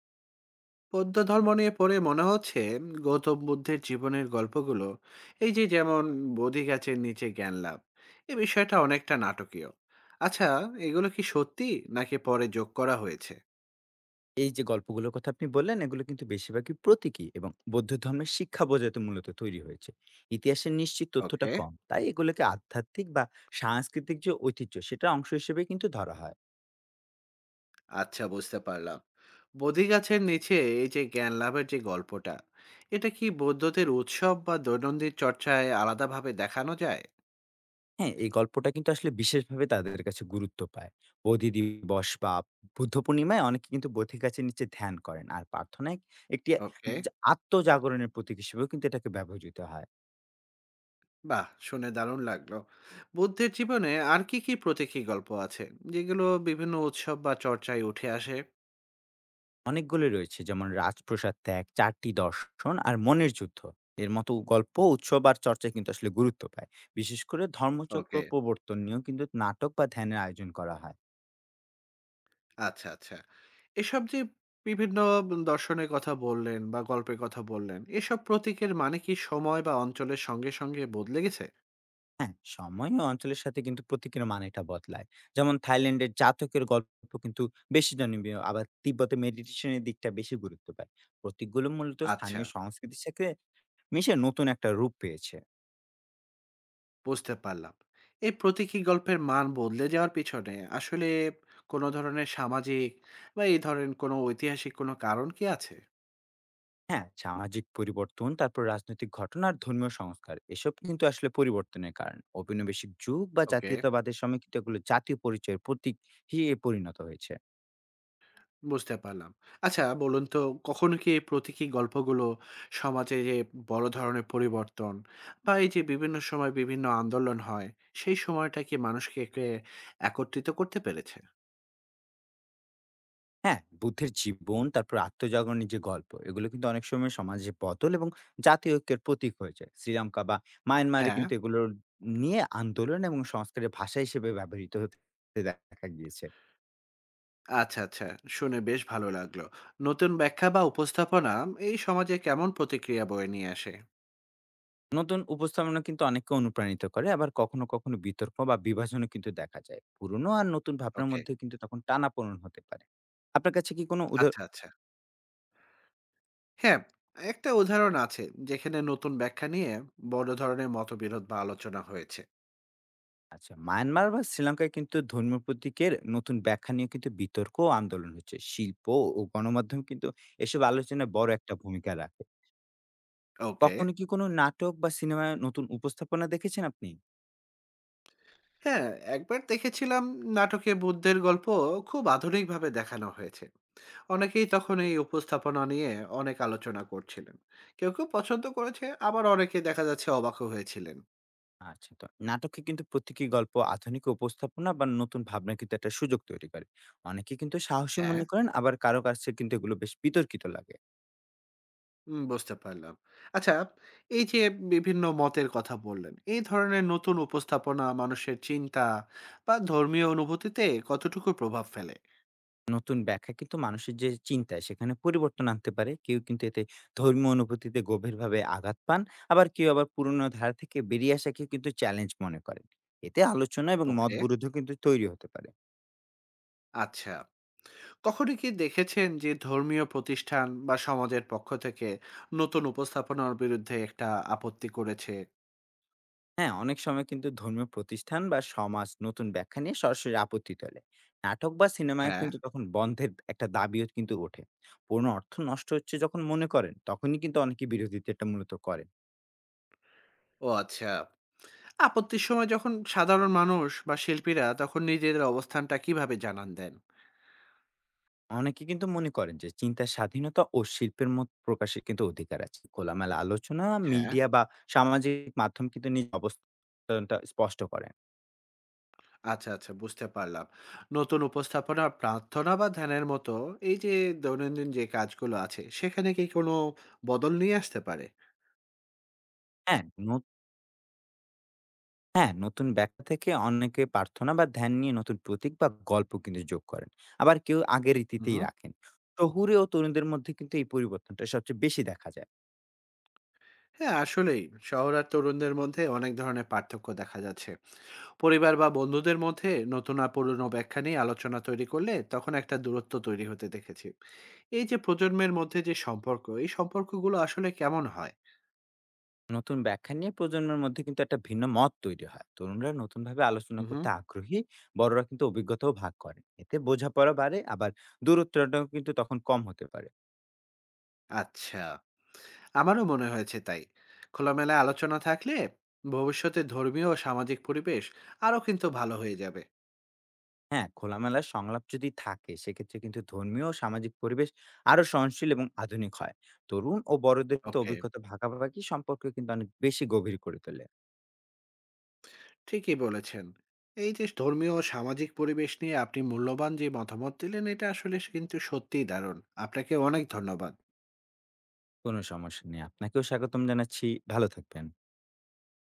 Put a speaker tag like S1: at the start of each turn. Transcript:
S1: বৌদ্ধ ধর্ম নিয়ে পড়ে মনে হচ্ছে গৌতম বুদ্ধের জীবনের গল্পগুলো, এই যে যেমন বোধি গাছের নিচে জ্ঞান লাভ, এই বিষয়টা অনেকটা নাটকীয়। আচ্ছা, এগুলো কি সত্যি নাকি পরে যোগ করা হয়েছে?
S2: এই যে গল্পগুলোর কথা আপনি বললেন, এগুলো কিন্তু বেশিরভাগই প্রতীকী এবং বৌদ্ধ ধর্মের শিক্ষা বোঝাতে মূলত তৈরি হয়েছে। ইতিহাসের নিশ্চিত তথ্যটা
S1: ওকে,
S2: কম। তাই এগুলোকে আধ্যাত্মিক বা সাংস্কৃতিক যে ঐতিহ্য, সেটার অংশ হিসেবে কিন্তু ধরা হয়।
S1: আচ্ছা, বুঝতে পারলাম। বোধি গাছের নিচে এই যে জ্ঞান লাভের যে গল্পটা, এটা কি বৌদ্ধদের উৎসব বা দৈনন্দিন চর্চায় আলাদাভাবে দেখানো যায়?
S2: হ্যাঁ, এই গল্পটা কিন্তু আসলে বিশেষভাবে তাদের কাছে গুরুত্ব পায়। বোধি দিবস বা বুদ্ধ পূর্ণিমায় অনেকে কিন্তু বোধি গাছের নিচে ধ্যান করেন। আর প্রার্থনায় একটি
S1: ওকে,
S2: যা আত্মজাগরণের প্রতীক হিসেবেও কিন্তু এটাকে ব্যবহৃত হয়।
S1: বাহ! শুনে দারুণ লাগলো। বুদ্ধের জীবনে আর কি, কি প্রতীকী গল্প আছে, যেগুলো বিভিন্ন উৎসব বা চর্চায় উঠে আসে?
S2: অনেকগুলো রয়েছে যেমন রাজপ্রাসাদ ত্যাগ, চারটি দর্শন আর মনের যুদ্ধ। এর মতো গল্প, উৎসব আর চর্চায় কিন্তু আসলে গুরুত্ব পায়। বিশেষ করে ধর্মচক্র
S1: ওকে,
S2: প্রবর্তন নিয়েও কিন্তু নাটক বা ধ্যানের আয়োজন করা হয়।
S1: আচ্ছা, আচ্ছা। এসব যে বিভিন্ন দর্শনের কথা বললেন বা গল্পের কথা বললেন, এসব প্রতীকের মানে কি সময় বা অঞ্চলের সঙ্গে বদলে গেছে?
S2: হ্যাঁ, সময় ও অঞ্চলের সাথে কিন্তু প্রতীকের মানেটা বদলায়। যেমন থাইল্যান্ডের জাতকের গল্প কিন্তু বেশি জনপ্রিয়, আবার তিব্বতে মেডিটেশনের দিকটা বেশি গুরুত্ব পায়। প্রতীকগুলো মূলত
S1: আচ্ছা,
S2: স্থানীয় সংস্কৃতির সাথে মিশে নতুন একটা রূপ পেয়েছে।
S1: বুঝতে পারলাম। এই প্রতীকী গল্পের মান বদলে যাওয়ার পিছনে আসলে কোনো ধরনের সামাজিক বা এই ধরেন কোনো ঐতিহাসিক কোনো কারণ কি আছে?
S2: হ্যাঁ, সামাজিক পরিবর্তন, তারপর রাজনৈতিক ঘটনা আর ধর্মীয় সংস্কার। এসব কিন্তু আসলে পরিবর্তনের কারণ। ঔপনিবেশিক যুগ বা
S1: ওকে,
S2: জাতীয়তাবাদের সময় কিন্তু এগুলো জাতীয় পরিচয়ের প্রতীক হিসেবে পরিণত হয়েছে।
S1: বুঝতে পারলাম। আচ্ছা বলুন তো, কখনো কি এই প্রতীকী গল্পগুলো সমাজে যে বড় ধরনের পরিবর্তন বা এই যে বিভিন্ন সময় বিভিন্ন আন্দোলন হয়, সেই সময়টা কি মানুষকে কে একত্রিত করতে পেরেছে?
S2: হ্যাঁ, বুদ্ধের জীবন, তারপর আত্মজাগরণের যে গল্প, এগুলো কিন্তু অনেক সময় সমাজে বদল এবং জাতীয় ঐক্যের প্রতীক হয়েছে। শ্রীলঙ্কা বা মায়ানমারে
S1: হ্যাঁ,
S2: কিন্তু এগুলোর নিয়ে আন্দোলন এবং সংস্কারের ভাষা হিসেবে ব্যবহৃত হতে দেখা গিয়েছে।
S1: আচ্ছা, আচ্ছা। শুনে বেশ ভালো লাগলো। নতুন ব্যাখ্যা বা উপস্থাপনা এই সমাজে কেমন প্রতিক্রিয়া বয়ে নিয়ে আসে?
S2: নতুন উপস্থাপনা কিন্তু অনেককে অনুপ্রাণিত করে, আবার কখনো কখনো বিতর্ক বা বিভাজনও কিন্তু দেখা যায়। পুরনো আর নতুন ভাবনার
S1: ওকে,
S2: মধ্যে কিন্তু তখন টানাপোড়েন হতে পারে। আপনার কাছে কি কোনো উদাহরণ?
S1: আচ্ছা, আচ্ছা। হ্যাঁ, একটা উদাহরণ আছে যেখানে নতুন ব্যাখ্যা নিয়ে বড় ধরনের মতবিরোধ বা আলোচনা হয়েছে।
S2: আচ্ছা, মায়ানমার বা শ্রীলঙ্কায় কিন্তু ধর্মীয় প্রতীকের নতুন ব্যাখ্যা নিয়ে কিন্তু বিতর্ক ও আন্দোলন হচ্ছে। শিল্প ও গণমাধ্যম কিন্তু এসব আলোচনায় বড় একটা ভূমিকা রাখে।
S1: ওকে।
S2: কখনো কি কোনো নাটক বা সিনেমায় নতুন উপস্থাপনা দেখেছেন আপনি?
S1: হ্যাঁ, একবার দেখেছিলাম নাটকে বুদ্ধের গল্প খুব আধুনিকভাবে দেখানো হয়েছে। অনেকেই তখন এই উপস্থাপনা নিয়ে অনেক আলোচনা করছিলেন। কেউ পছন্দ করেছে, আবার অনেকে দেখা যাচ্ছে অবাকও হয়েছিলেন।
S2: আচ্ছা, তো নাটকে কিন্তু প্রতীকী গল্প, আধুনিক উপস্থাপনা বা নতুন ভাবনা কিন্তু একটা সুযোগ তৈরি করে। অনেকে কিন্তু সাহসী
S1: হ্যাঁ।
S2: মনে করেন, আবার কারো কাছে কিন্তু এগুলো বেশ বিতর্কিত লাগে।
S1: বুঝতে পারলাম। আচ্ছা, এই যে বিভিন্ন মতের কথা বললেন, এই ধরনের নতুন উপস্থাপনা মানুষের চিন্তা বা ধর্মীয় অনুভূতিতে কতটুকু প্রভাব ফেলে?
S2: নতুন ব্যাখ্যা কিন্তু মানুষের যে চিন্তায় সেখানে পরিবর্তন আনতে পারে। কেউ কিন্তু এতে ধর্মীয় অনুভূতিতে গভীরভাবে আঘাত পান, আবার কেউ আবার পুরনো ধারা থেকে বেরিয়ে আসাকে কিন্তু চ্যালেঞ্জ মনে করেন। এতে আলোচনা এবং মত
S1: ওকে,
S2: বিরোধও কিন্তু তৈরি হতে পারে।
S1: আচ্ছা। কখনো কি দেখেছেন যে ধর্মীয় প্রতিষ্ঠান বা সমাজের পক্ষ থেকে নতুন উপস্থাপনার বিরুদ্ধে একটা আপত্তি করেছে?
S2: হ্যাঁ, অনেক সময় কিন্তু ধর্মীয় প্রতিষ্ঠান বা সমাজ নতুন ব্যাখ্যা নিয়ে সরাসরি আপত্তি তোলে। নাটক বা সিনেমায়
S1: হ্যাঁ?
S2: কিন্তু তখন বন্ধের একটা দাবিও কিন্তু ওঠে। পুরনো অর্থ নষ্ট হচ্ছে যখন মনে করেন, তখনই কিন্তু অনেকে বিরোধিতাটা মূলত করেন।
S1: ও আচ্ছা। আপত্তির সময় যখন সাধারণ মানুষ বা শিল্পীরা তখন নিজেদের অবস্থানটা কিভাবে জানান দেন?
S2: অনেকে কিন্তু মনে করেন যে চিন্তার স্বাধীনতা ও শিল্পের মত প্রকাশের কিন্তু অধিকার আছে। খোলামেলা আলোচনা,
S1: হ্যাঁ?
S2: মিডিয়া বা সামাজিক মাধ্যম কিন্তু নিজ অবস্থানটা স্পষ্ট করেন।
S1: আচ্ছা, আচ্ছা, বুঝতে পারলাম। নতুন উপস্থাপনা, প্রার্থনা বা ধ্যানের মতো এই যে দৈনন্দিন যে কাজগুলো আছে সেখানে কি কোনো বদল নিয়ে আসতে পারে?
S2: হ্যাঁ হ্যাঁ, নতুন ব্যাখ্যা থেকে অনেকে প্রার্থনা বা ধ্যান নিয়ে নতুন প্রতীক বা গল্প কিন্তু যোগ করেন। আবার কেউ আগের রীতিতেই
S1: উহু।
S2: রাখেন। শহুরে ও তরুণদের মধ্যে কিন্তু এই পরিবর্তনটা সবচেয়ে বেশি দেখা যায়।
S1: হ্যাঁ, আসলেই শহর আর তরুণদের মধ্যে অনেক ধরনের পার্থক্য দেখা যাচ্ছে। পরিবার বা বন্ধুদের মধ্যে নতুন আর পুরনো ব্যাখ্যা নিয়ে আলোচনা তৈরি করলে তখন একটা দূরত্ব তৈরি হতে দেখেছি। এই যে প্রজন্মের মধ্যে যে সম্পর্ক, এই সম্পর্কগুলো আসলে কেমন হয়?
S2: নতুন ব্যাখ্যা নিয়ে প্রজন্মের মধ্যে কিন্তু একটা ভিন্ন মত তৈরি হয়। তরুণরা নতুনভাবে আলোচনা
S1: হুম।
S2: করতে আগ্রহী, বড়রা কিন্তু অভিজ্ঞতাও ভাগ করেন। এতে বোঝাপড়া বাড়ে, আবার দূরত্বটাও কিন্তু তখন কম হতে পারে।
S1: আচ্ছা, আমারও মনে হয়েছে তাই। খোলামেলা আলোচনা থাকলে ভবিষ্যতে ধর্মীয় ও সামাজিক পরিবেশ আরও কিন্তু ভালো হয়ে যাবে।
S2: হ্যাঁ, খোলামেলা সংলাপ যদি থাকে, সেক্ষেত্রে কিন্তু ধর্মীয় ও সামাজিক পরিবেশ আরো সহনশীল এবং আধুনিক হয়। তরুণ ও বড়দের তো
S1: ওকে,
S2: অভিজ্ঞতা ভাগাভাগি সম্পর্ক কিন্তু অনেক বেশি গভীর করে তোলে।
S1: ঠিকই বলেছেন। এই যে ধর্মীয় ও সামাজিক পরিবেশ নিয়ে আপনি মূল্যবান যে মতামত দিলেন, এটা আসলে কিন্তু সত্যিই দারুণ। আপনাকে অনেক ধন্যবাদ।
S2: কোনো সমস্যা নেই। আপনাকেও স্বাগতম জানাচ্ছি। ভালো থাকবেন।